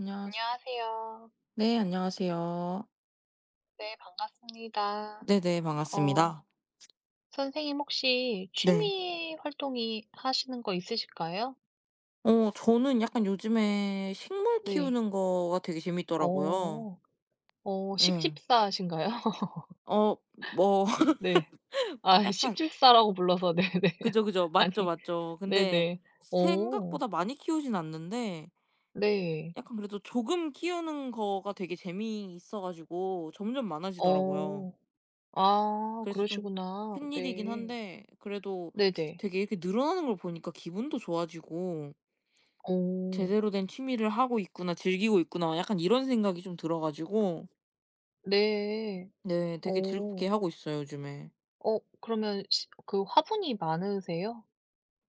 안녕하세 안녕하세요. 네 안녕하세요. 네, 반갑습니다. 네네, 어, 반갑습니다. 선생님 혹시 네. 취미 활동이 하시는 거 있으실까요? 저는 약간 요즘에 식물 네. 키우는 거가 되게 재밌더라고요. 어, 응. 식집사신가요? 어 뭐 네. 아, 약간 식집사라고 불러서 네네. 그죠, 그죠. 맞죠, 아니, 맞죠. 근데 네네. 어, 생각보다 많이 키우진 않는데 네. 약간 그래도 조금 키우는 거가 되게 재미있어 가지고 점점 많아지더라고요. 어, 아, 그래서 좀 그러시구나. 큰일이긴 네. 한데 그래도 네네. 되게 이렇게 늘어나는 걸 보니까 기분도 좋아지고 어, 제대로 된 취미를 하고 있구나, 즐기고 있구나 약간 이런 생각이 좀 들어 가지고 네. 네, 되게 어, 즐겁게 하고 있어요 요즘에. 그러면 시- 그 화분이 많으세요?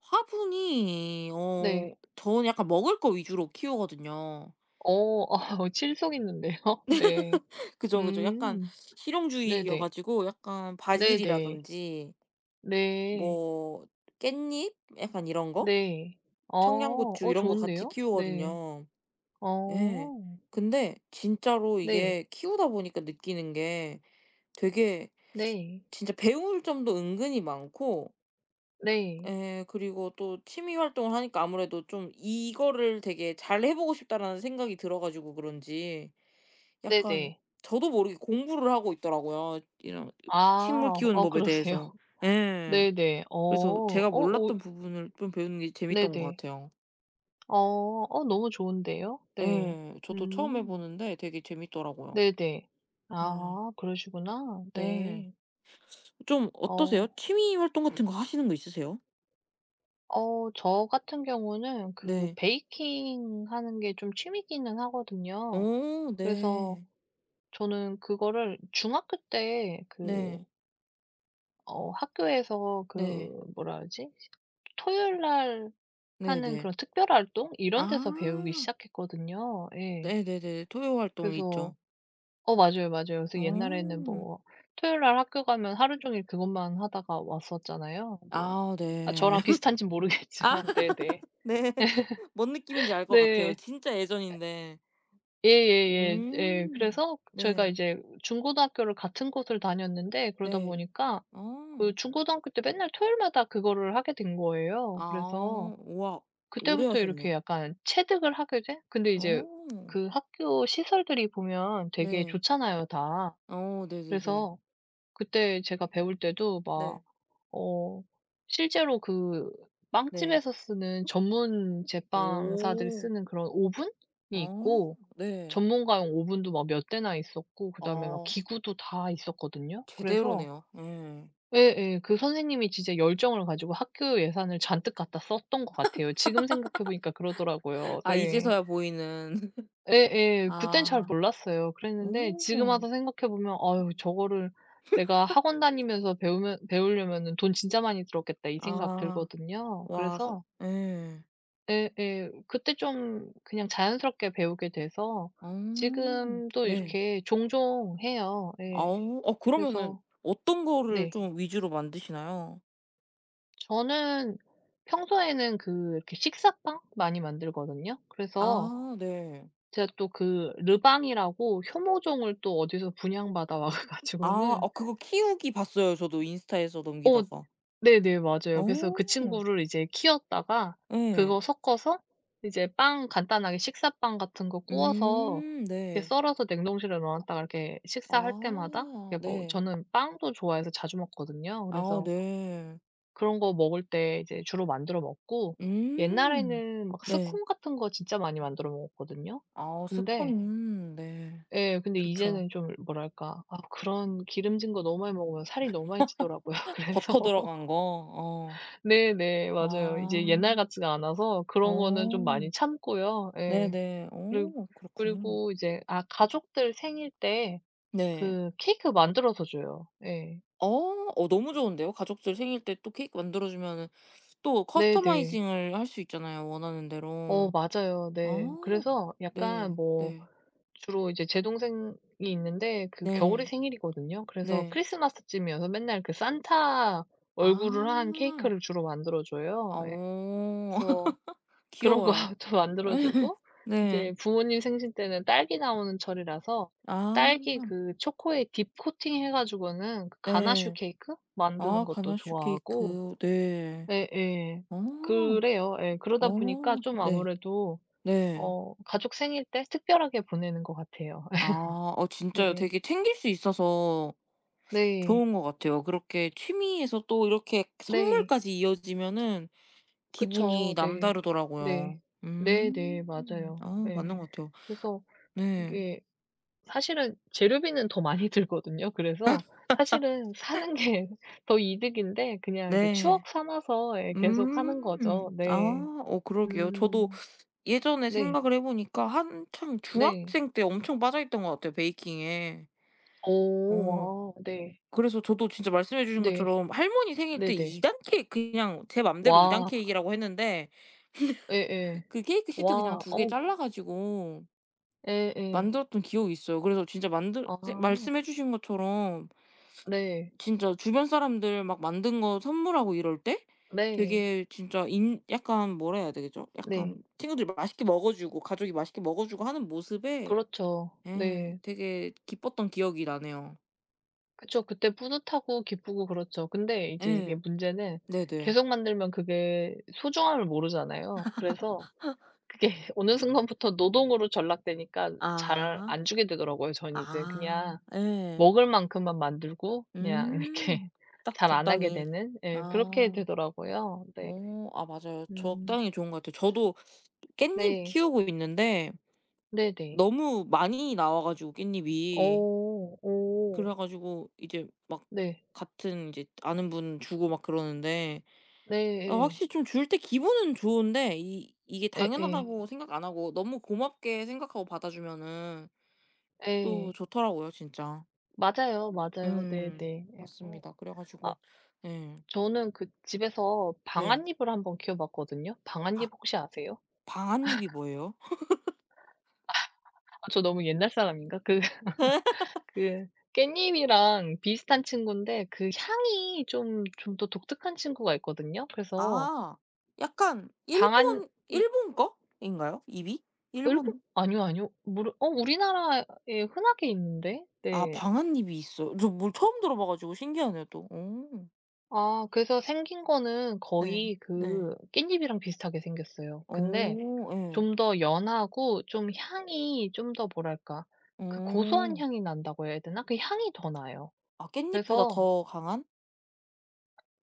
화분이 네. 저는 약간 먹을 거 위주로 키우거든요. 어. 아 신속있는데요 네. 그죠, 그죠. 약간 음. 실용주의여 네네. 가지고 약간 네네. 바질이라든지 네. 뭐 깻잎 약간 이런 거? 네. 아. 청양고추 어 이런 거 같이 좋은데요? 네. 키우거든요. 예. 어. 근데 진짜로 네. 이게 키우다 보니까 느끼는 게 되게 네. 진짜 배울 점도 은근히 많고 네. 예. 그리고 또 취미 활동을 하니까 아무래도 좀 이거를 되게 '잘 해 보고 싶다.'라는 생각이 들어 가지고 그런지 약간 네네. 저도 모르게 공부를 하고 있더라고요. 이런 식물 아. 키우는 어 법에 그러세요? 대해서. 예. 네네. 어. 그래서 어 제가 오 몰랐던 부분을 좀 배우는 게 재밌던 것 네네. 같아요. 어. 어 너무 좋은데요? 네. 예. 저도 처음 해 음. 보는데 되게 재밌더라고요. 네네. 예. 아 그러시구나. 네. 네. 좀 어떠세요? 어. 취미 활동 같은 거 하시는 거 있으세요? 어 저 같은 경우는 그 네. 베이킹 하는 게 좀 취미기는 하거든요. 어 그래서 네. 저는 그거를 중학교 때 그 네. 어 학교에서 그 네. 뭐라 하지 토요일 날 하는 네네. 그런 특별활동 이런 데서 배우기 아. 시작했거든요. 예. 네네네. 토요 활동 그래서 있죠. 어 맞아요, 맞아요. 그래서 옛날에는 어. 뭐 토요일 날 학교 가면 하루 종일 그것만 하다가 왔었잖아요. 뭐 아 아 네. 저랑 비슷한진 아 모르겠지만 네네. 네. 뭔 느낌인지 알 것 같아요. 네. 진짜 예전인데. 예예예. 예. 음. 그래서 제가 네. 이제 중고등학교를 같은 곳을 다녔는데 그러다 네. 보니까 어. 그 중고등학교 때 맨날 토요일마다 그거를 하게 된 거예요. 그래서 아. 우와. 오래 그때부터 하셨네요. 이렇게 약간 체득을 하게 돼 근데 이제 어. 그 학교 시설들이 보면 되게 네. 좋잖아요 다. 어 네네네. 그래서 그때 제가 배울 때도 막 네. 어 실제로 그 네. 빵집에서 쓰는 전문 제빵사들이 오. 쓰는 그런 오븐이 아 있고 네. 전문가용 오븐도 막 몇 대나 있었고 그다음에 막 아 기구도 다 있었거든요. 그래서 제대로네요. 예. 예예. 그 선생님이 진짜 열정을 가지고 학교 예산을 잔뜩 갖다 썼던 것 같아요. 지금 생각해 보니까 그러더라고요. 아 네. 이제서야 보이는. 예예. 그땐 잘 아. 몰랐어요. 그랬는데 지금 오. 와서 생각해 보면 '아유 저거를 내가 학원 다니면서 배우면 배우려면은 돈 진짜 많이 들었겠다.' 이 생각 아. 들거든요. 와 서 그래서 예. 예예. 그때 좀 그냥 자연스럽게 배우게 돼서 어. 지금도 네. 이렇게 종종 해요. 예. 아우, 그러면은 그래서 어떤 거를 네. 좀 위주로 만드시나요? 저는 평소에는 그 이렇게 식사빵 많이 만들거든요. 그래서 아 네. 제가 또 그 르방이라고 효모종을 또 어디서 분양받아 와 아. 가지고는 어 그거 키우기 봤어요 저도 인스타에서 어 넘기다가. 네네. 맞아요. 그래서 그 오 친구를 이제 키웠다가 네 그거 섞어서 이제 빵 간단하게 식사빵 같은 거 구워서 이렇게 네. 썰어서 냉동실에 넣어 놨다가 이렇게 식사할 때마다 아 이렇게 뭐 네. 저는 빵도 좋아해서 자주 먹거든요. 아 그래서 네. 그런 거 먹을 때 이제 주로 만들어 먹고 음. 옛날에는 막 네. 스콘 같은 거 진짜 많이 만들어 먹었거든요. 아 스콘 근데 네. 예 근데 좋죠. 이제는 좀 뭐랄까 아 그런 기름진 거 너무 많이 먹으면 살이 너무 많이 찌더라고요. 그래서 버터 들어간 거. 어. 네네. 맞아요. 아. 이제 옛날 같지가 않아서 그런 거는 좀 오~~ 어. 많이 참고요. 예. 네네. 그리고 어 그렇군요. 그리고 이제 아 가족들 생일 때 네. 그 케이크 만들어서 줘요. 예. 어. 어 너무 좋은데요. 가족들 생일 때 또 케이크 만들어 주면은 또 네네. 커스터마이징을 할 수 있잖아요, 원하는 어 대로. 맞아요. 네. 아. 그래서 약간 네. 뭐 네. 주로 이제 제 동생이 있는데 그 네. 겨울이 생일이거든요. 그래서 네. 크리스마스쯤이어서 맨날 그 산타 얼굴을 한 아. 케이크를 주로 만들어 줘요. 예. 어. 그래서 그런 거 귀여워요. 좀 만들어 주고 이 네. 제 부모님 생신 때는 딸기 나오는 철이라서 아. 딸기 그 초코에 딥 코팅 해 가지고는 그 가나슈 네. 케이크 만드는 아 것도 가나슈 좋아하고 케이크. 네. 예 예. 어. 그래요. 예. 그러다 어. 보니까 좀 네. 아무래도 네. 어 가족 생일 때 특별하게 보내는 것 같아요. 아 어 진짜요. 네. 되게 챙길 수 있어서 네. 좋은 것 같아요. 그렇게 취미에서 또 이렇게 네. 선물까지 이어지면은 기분이 그쵸. 네. 네. 남다르더라고요. 네 네. 음. 맞아요. 아 예. 맞는 것 같아요. 그래서 네. 네. 이게 사실은 재료비는 더 많이 들거든요. 그래서 사실은 사는 게 더 이득인데 그냥 이제 네. 추억 삼아서 예 계속 하는 거죠. 음. 아 네. 어 그러게요. 저도 음. 예전에 네. 생각을 해 보니까 한창 네. 중학생 때 엄청 빠져있던 것 같아요, 베이킹에. 어. 어. 아 네. 그래서 저도 진짜 말씀해 주신 네. 것처럼 할머니 생일 때 네네. 2단 케이크, 그냥 제 맘대로 2단 와. 케이크라고 했는데 예예. 그 케이크 시트 그냥 와. 두 개 어 잘라 가지고 예예. 만들었던 기억이 있어요. 그래서 진짜 만들 아. 말씀해 주신 것처럼 네. 진짜 주변 사람들 막 만든 거 선물하고 이럴 때 네. 되게 진짜 인 약간 뭐라 해야 되겠죠? 네. 약간 친구들이 맛있게 먹어 주고 가족이 맛있게 먹어 주고 하는 모습에 그렇죠. 예 네. 되게 기뻤던 기억이 나네요. 그쵸. 그때 뿌듯하고 기쁘고 그렇죠. 근데 이제 이게 예. 문제는 네네. 계속 만들면 그게 소중함을 모르잖아요. 그래서 그게 어느 순간부터 노동으로 전락되니까 잘 아. 안 주게 되더라고요. 저는 이제 그냥 아. 예. 먹을 만큼만 만들고 그냥 이렇게 음. 딱 잘 안 하게 적당히. 되는 예 그렇게 아. 되더라고요. 네. 어 아 맞아요. 음. 적당히 좋은 것 같아요. 저도 깻잎 네. 키우고 있는데 네네. 너무 많이 나와 가지고, 깻잎이. 오 오. 그래 가지고 이제 막 네. 같은 이제 아는 분 주고 막 그러는데 네. 아 예. 확실히 좀 줄 때 기분은 좋은데 이 이게 예 예. 당연하다고 생각 안 하고 너무 고맙게 생각하고 받아 주면은 예. 또 예. 좋더라고요 진짜. 맞아요, 맞아요. 네네. 네. 예. 어. 맞습니다. 그래 가지고 예. 저는 그 집에서 네. 방앗잎을 한번 키워 봤거든요. 방앗잎 아 혹시 아세요? 방아잎이 뭐예요? 아 저 너무 옛날 사람인가? 그 그 깻잎이랑 비슷한 친구인데 그 향이 좀 더 독특한 친구가 있거든요. 그래서 아. 약간 방앗잎 일본 거인가요? 입이? 일본 일본 아니요, 아니요. 모르 어 우리나라에 흔하게 있는데. 아 네. 방한잎이 있어요? 저 뭘 처음 들어봐 가지고 신기하네요 또. 어. 아 그래서 생긴 거는 네. 거의 네. 그 깻잎이랑 비슷하게 생겼어요. 오 근데 예. 좀 더 연하고 좀 향이 좀 더 뭐랄까 그 고소한 오 향이 난다고 해야 되나? 그 향이 더 나요. 아 깻잎보다 그래서 더 강한?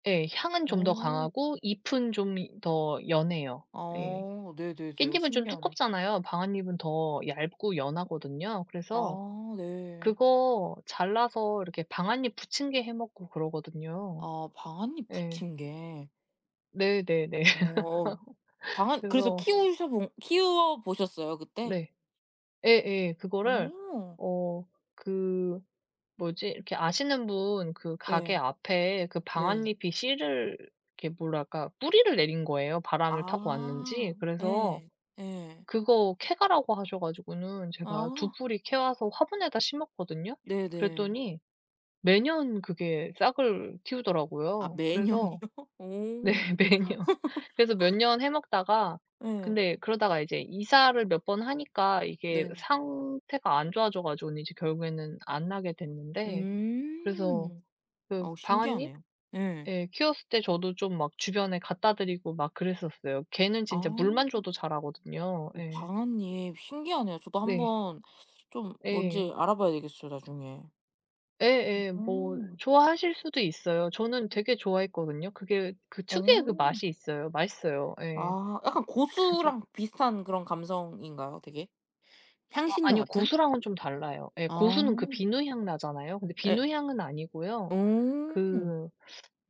예 향은 좀 더 오오오. 강하고 잎은 좀 더 연해요. 예. 아 네네네. 어 깻잎은 좀 신기하네. 두껍잖아요. 방아잎은 더 얇고 연하거든요. 그래서 아 네. 그거 잘라서 이렇게 방아잎 부침게해 먹고 그러거든요. 아방한잎 예. 붙인 게, 네네 네. 어. 방한 그래서 그래서 키우셔 본 키워 보셨어요 그때? 네. 예예. 그거를 오오. 어그 뭐지? 이렇게 아시는 분 그 가게 네. 앞에 그 네. 방아잎이 씨를 이렇게 뭐랄까 뿌리를 내린 거예요, 바람을 타고 왔는지. 아. 그래서 예. 예. 그거 캐가라고 하셔 가지고는 제가 두 아. 뿌리 캐와서 화분에다 심었거든요. 네네. 그랬더니 매년 그게 싹을 아 틔우더라고요. 그래서 매년이요? 네 오. 매년. 그래서 몇 년 해먹다가 예. 근데 그러다가 이제 이사를 몇 번 하니까 이게 네. 상태가 안 좋아져 가지고는 이제 결국에는 안 나게 됐는데 그래서 음. 그 어 방아잎 신기하네요. 예. 예 키웠을 때 저도 좀 막 주변에 갖다 드리고 막 그랬었어요. 걔는 아. 진짜 물만 줘도 자라거든요. 어 예. 방앗잎 신기하네요. 저도 네. 한번 좀 뭔지 예. 알아봐야 되겠어요 나중에. 예예. 뭐 음. 좋아하실 수도 있어요. 저는 되게 좋아했거든요. 그게 그 특유의 그 어. 맛이 있어요. 맛있어요. 예. 아 약간 고수랑 비슷한 그런 감성인가요 되게? 아 향신료 아니요. 같은? 고수랑은 좀 달라요. 예. 아. 고수는 그 비누향 나잖아요. 근데 예. 비누향은 아니고요. 어. 그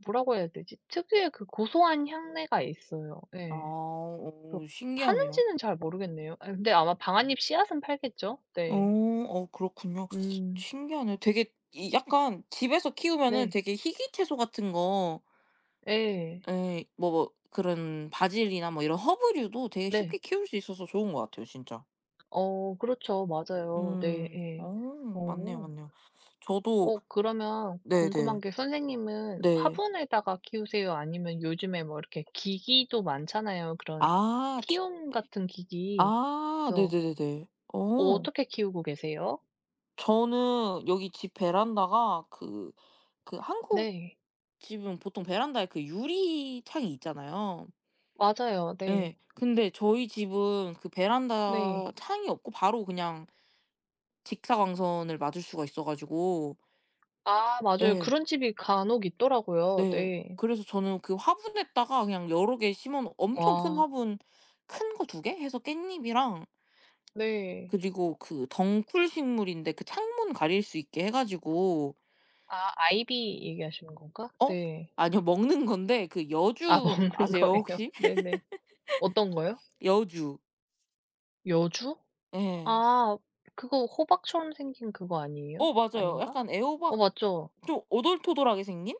뭐라고 해야 되지? 특유의 그 고소한 향내가 있어요. 아. 예. 또 어 신기하네요. 파는지는 잘 모르겠네요. 아 근데 아마 방아잎 씨앗은 팔겠죠? 어. 네. 어 그렇군요. 음. 신기하네요. 되게 이 약간 집에서 키우면은 네. 되게 희귀 채소 같은 거. 예. 에 뭐 뭐 그런 바질이나 뭐 이런 허브류도 되게 쉽게 네. 키울 수 있어서 좋은 것 같아요 진짜. 어 그렇죠. 맞아요. 네 음. 예. 어 맞네요, 어. 맞네요. 저도 어 그러면 궁금한 네네. 게 선생님은 네. 화분에다가 키우세요? 아니면 요즘에 뭐 이렇게 기기도 많잖아요, 그런 아. 치- 티움 같은 기기. 아 그래서 네네네네. 어. 어떻게 키우고 계세요? 저는 여기 집 베란다가 한국 네. 집은 보통 베란다에 그 유리창이 있잖아요. 맞아요. 네. 예. 근데 저희 집은 그 네. 베란다 창이 없고 바로 그냥 직사광선을 맞을 수가 있어 가지고 아 맞아요. 예. 그런 집이 간혹 있더라고요. 네. 네. 그래서 저는 그 화분에다가 그냥 여러 개 심어 놓 엄청 큰 와. 화분 큰 거 두 개 해서 깻잎이랑 네. 그리고 그 덩쿨 식물인데 그 창문 가릴 수 있게 해 가지고 아 아이비 얘기하시는 건가? 어? 네. 아니요. 먹는 건데 그 아 여주 먹는 아세요 거예요. 혹시? 네네. 어떤 거요? 여주. 여주? 예. 아 그거 호박처럼 생긴 그거 아니에요? 어 맞아요. 아닌가? 약간 어 애호박 맞죠? 좀 오돌토돌하게 생긴?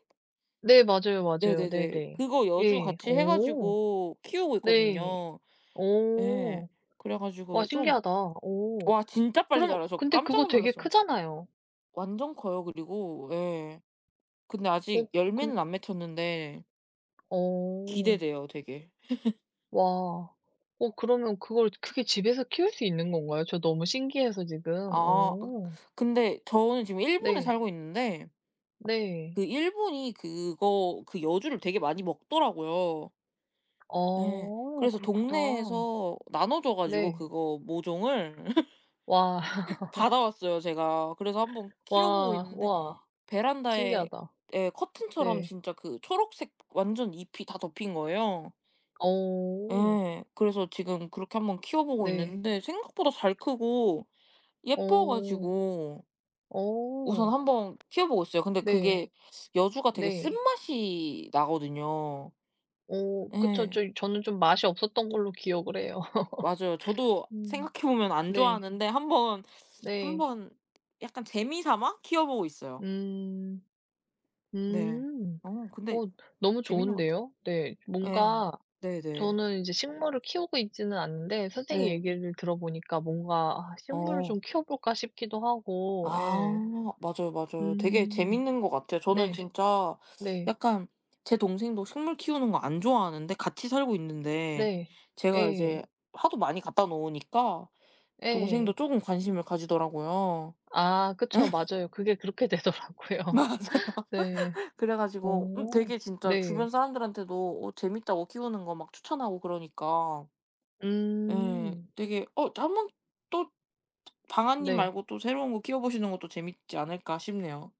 네 맞아요, 맞아요. 네네네. 네네. 그거 여주 예. 같이 해 오. 가지고 키우고 네. 있거든요. 예. 오. 그래 와 가지고 좀 신기하다. 오. 와 진짜 빨리 그럼 자라요. 저 근데 그거 깜짝 되게 놀랐어요. 크잖아요. 완전 커요 그리고. 예. 근데 어 아직 근 열매는 안 맺혔는데 어. 기대돼요 되게. 와. 어 그러면 그걸 그게 집에서 키울 수 있는 건가요? 저 너무 신기해서 아 지금. 어 오 근데 저는 지금 일본에 네. 살고 있는데 네. 그 일본이 그거 그 여주를 되게 많이 먹더라고요. 예. 어 그래서 그렇구나. 동네에서 나눠 줘 가지고 네. 그거 모종을 와. 받아왔어요 제가. 그래서 한번 키워보고 와. 있는데 와. 베란다에 신기하다. 예 커튼처럼 네. 네. 진짜 그 초록색 완전 잎이 다 덮인 거예요. 어. 예. 그래서 지금 그렇게 한번 키워보고 네. 네. 있는데 생각보다 잘 크고 예뻐 어. 가지고 우선 어. 한번 키워보고 있어요. 근데 네. 그게 여주가 되게 네. 쓴맛이 나거든요. 어 그쵸. 예. 저 저는 좀 맛이 없었던 걸로 기억을 해요. 맞아요. 저도 음. 생각해 보면 안 네. 좋아하는데 한번 네. 한번 약간 재미 삼아 키워보고 있어요. 음. 네. 음. 어 근데 어 너무 재밌는 것 같아요. 좋은데요. 네. 예. 뭔가 네네. 저는 이제 식물을 키우고 있지는 않는데 선생님 네. 얘기를 들어보니까 뭔가 '아 식물을 어. 좀 키워볼까?' 싶기도 하고 아 예. 맞아요, 맞아요. 되게 음. 재밌는 것 같아요. 저는 네. 진짜 네. 약간 제 동생도 식물 키우는 거 안 좋아하는데 같이 살고 있는데 네. 제가 이제 예. 하도 많이 갖다 놓으니까 동생도 예. 조금 관심을 가지더라고요. 아 그쵸. 맞아요. 그게 그렇게 되더라고요. 맞아 네. 그래 가지고 오, 되게 진짜 주변 네. 사람들한테도 어 재밌다고 키우는 거 막 추천하고 그러니까 예 음. 되게 어 '한번 또 방아님 네. 말고 또 새로운 거 키워보시는 것도 재밌지 않을까?' 싶네요.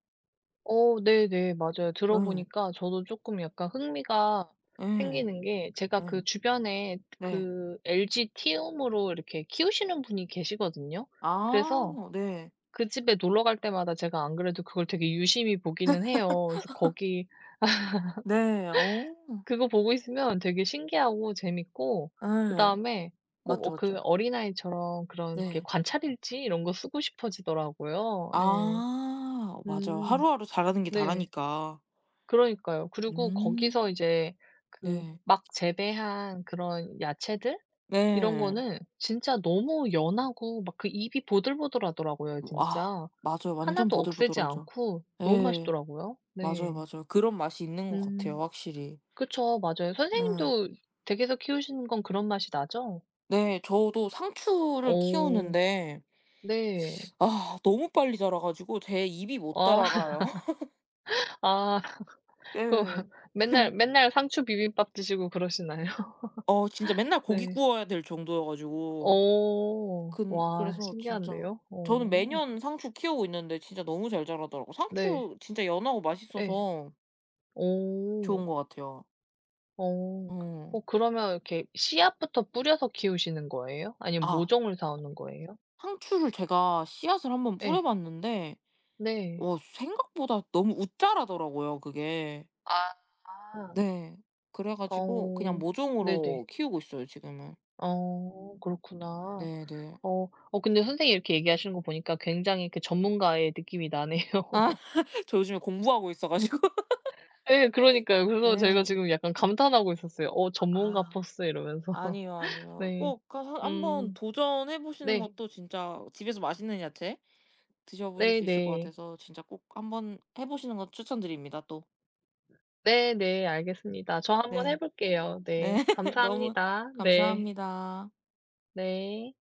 어 네네. 맞아요. 예. 들어보니까 저도 조금 약간 흥미가 예. 생기는 게 제가 예. 그 주변에 네. 그 LG 티움으로 이렇게 키우시는 분이 계시거든요. 그래서 아 네. 그 집에 놀러 갈 때마다 제가 안 그래도 그걸 되게 유심히 보기는 해요. 그래서 거기 네. 어. 그거 보고 있으면 되게 신기하고 재밌고 예. 그다음에 꼭 맞죠, 어 그 맞죠. 어린아이처럼 그런 이렇게 네. 관찰일지 이런 거 쓰고 싶어지더라고요. 예. 아 맞아요. 음. 하루하루 잘하는 게 네. 다라니까. 그러니까요. 그리고 거기서 음. 이제 그 네. 막 재배한 그런 야채들 이런 네. 거는 진짜 너무 연하고 막 그 입이 보들보들하더라고요 아 진짜. 맞아요. 완전 하나도 억세지 보들보들하죠. 않고 너무 예. 맛있더라고요. 맞아요, 네. 맞아요. 그런 맛이 있는 것 같아요 음. 확실히. 그쵸. 맞아요. 음. 선생님도 댁에서 키우시는 건 그런 맛이 나죠? 네. 저도 상추를 어. 키우는데 네. 아 너무 빨리 자라 가지고 제 입이 못 아. 따라가요. 아. 그럼 예. 맨날 근데 맨날 상추 비빔밥 드시고 그러시나요? 어 진짜 맨날 고기 네. 구워야 될 정도여 가지고 어. 근 와 그래서 진짜 신기한데요. 저는 어. 매년 상추 키우고 있는데 진짜 너무 잘 자라더라고요. 네. 상추 진짜 연하고 네. 예. 맛있어서 오. 좋은 것 같아요. 어. 어 어 그러면 이렇게 씨앗부터 뿌려서 키우시는 거예요? 아니면 아 모종을 사 오는 거예요? 상추를 제가 씨앗을 한번 뿌려 예. 봤는데 네. 어 생각보다 너무 웃 자라더라고요 그게. 아. 네. 그래 가지고 그냥 어. 네네. 모종으로 키우고 있어요 지금은. 어 그렇구나. 네네. 어. 어 근데 선생님이 이렇게 얘기하시는 거 보니까 굉장히 그 전문가의 느낌이 나네요. 아 저 요즘에 공부하고 있어 가지고. 예 그러니까요. 그래서 제가 예. 지금 약간 감탄하고 있었어요. '어 전문가 아 포스.' 이러면서. 아니요, 아니요. 네. 꼭 가서 한번 음. 도전해 보시는 네. 것도 진짜 집에서 맛있는 야채 드셔보실 수 있을 것 네네. 같아서 진짜 꼭 한번 해 보시는 거 추천드립니다 또. 네네. 알겠습니다. 저 한번 해 네. 볼게요. 네. 네. 너무 감사합니다. 네. 감사합니다. 네.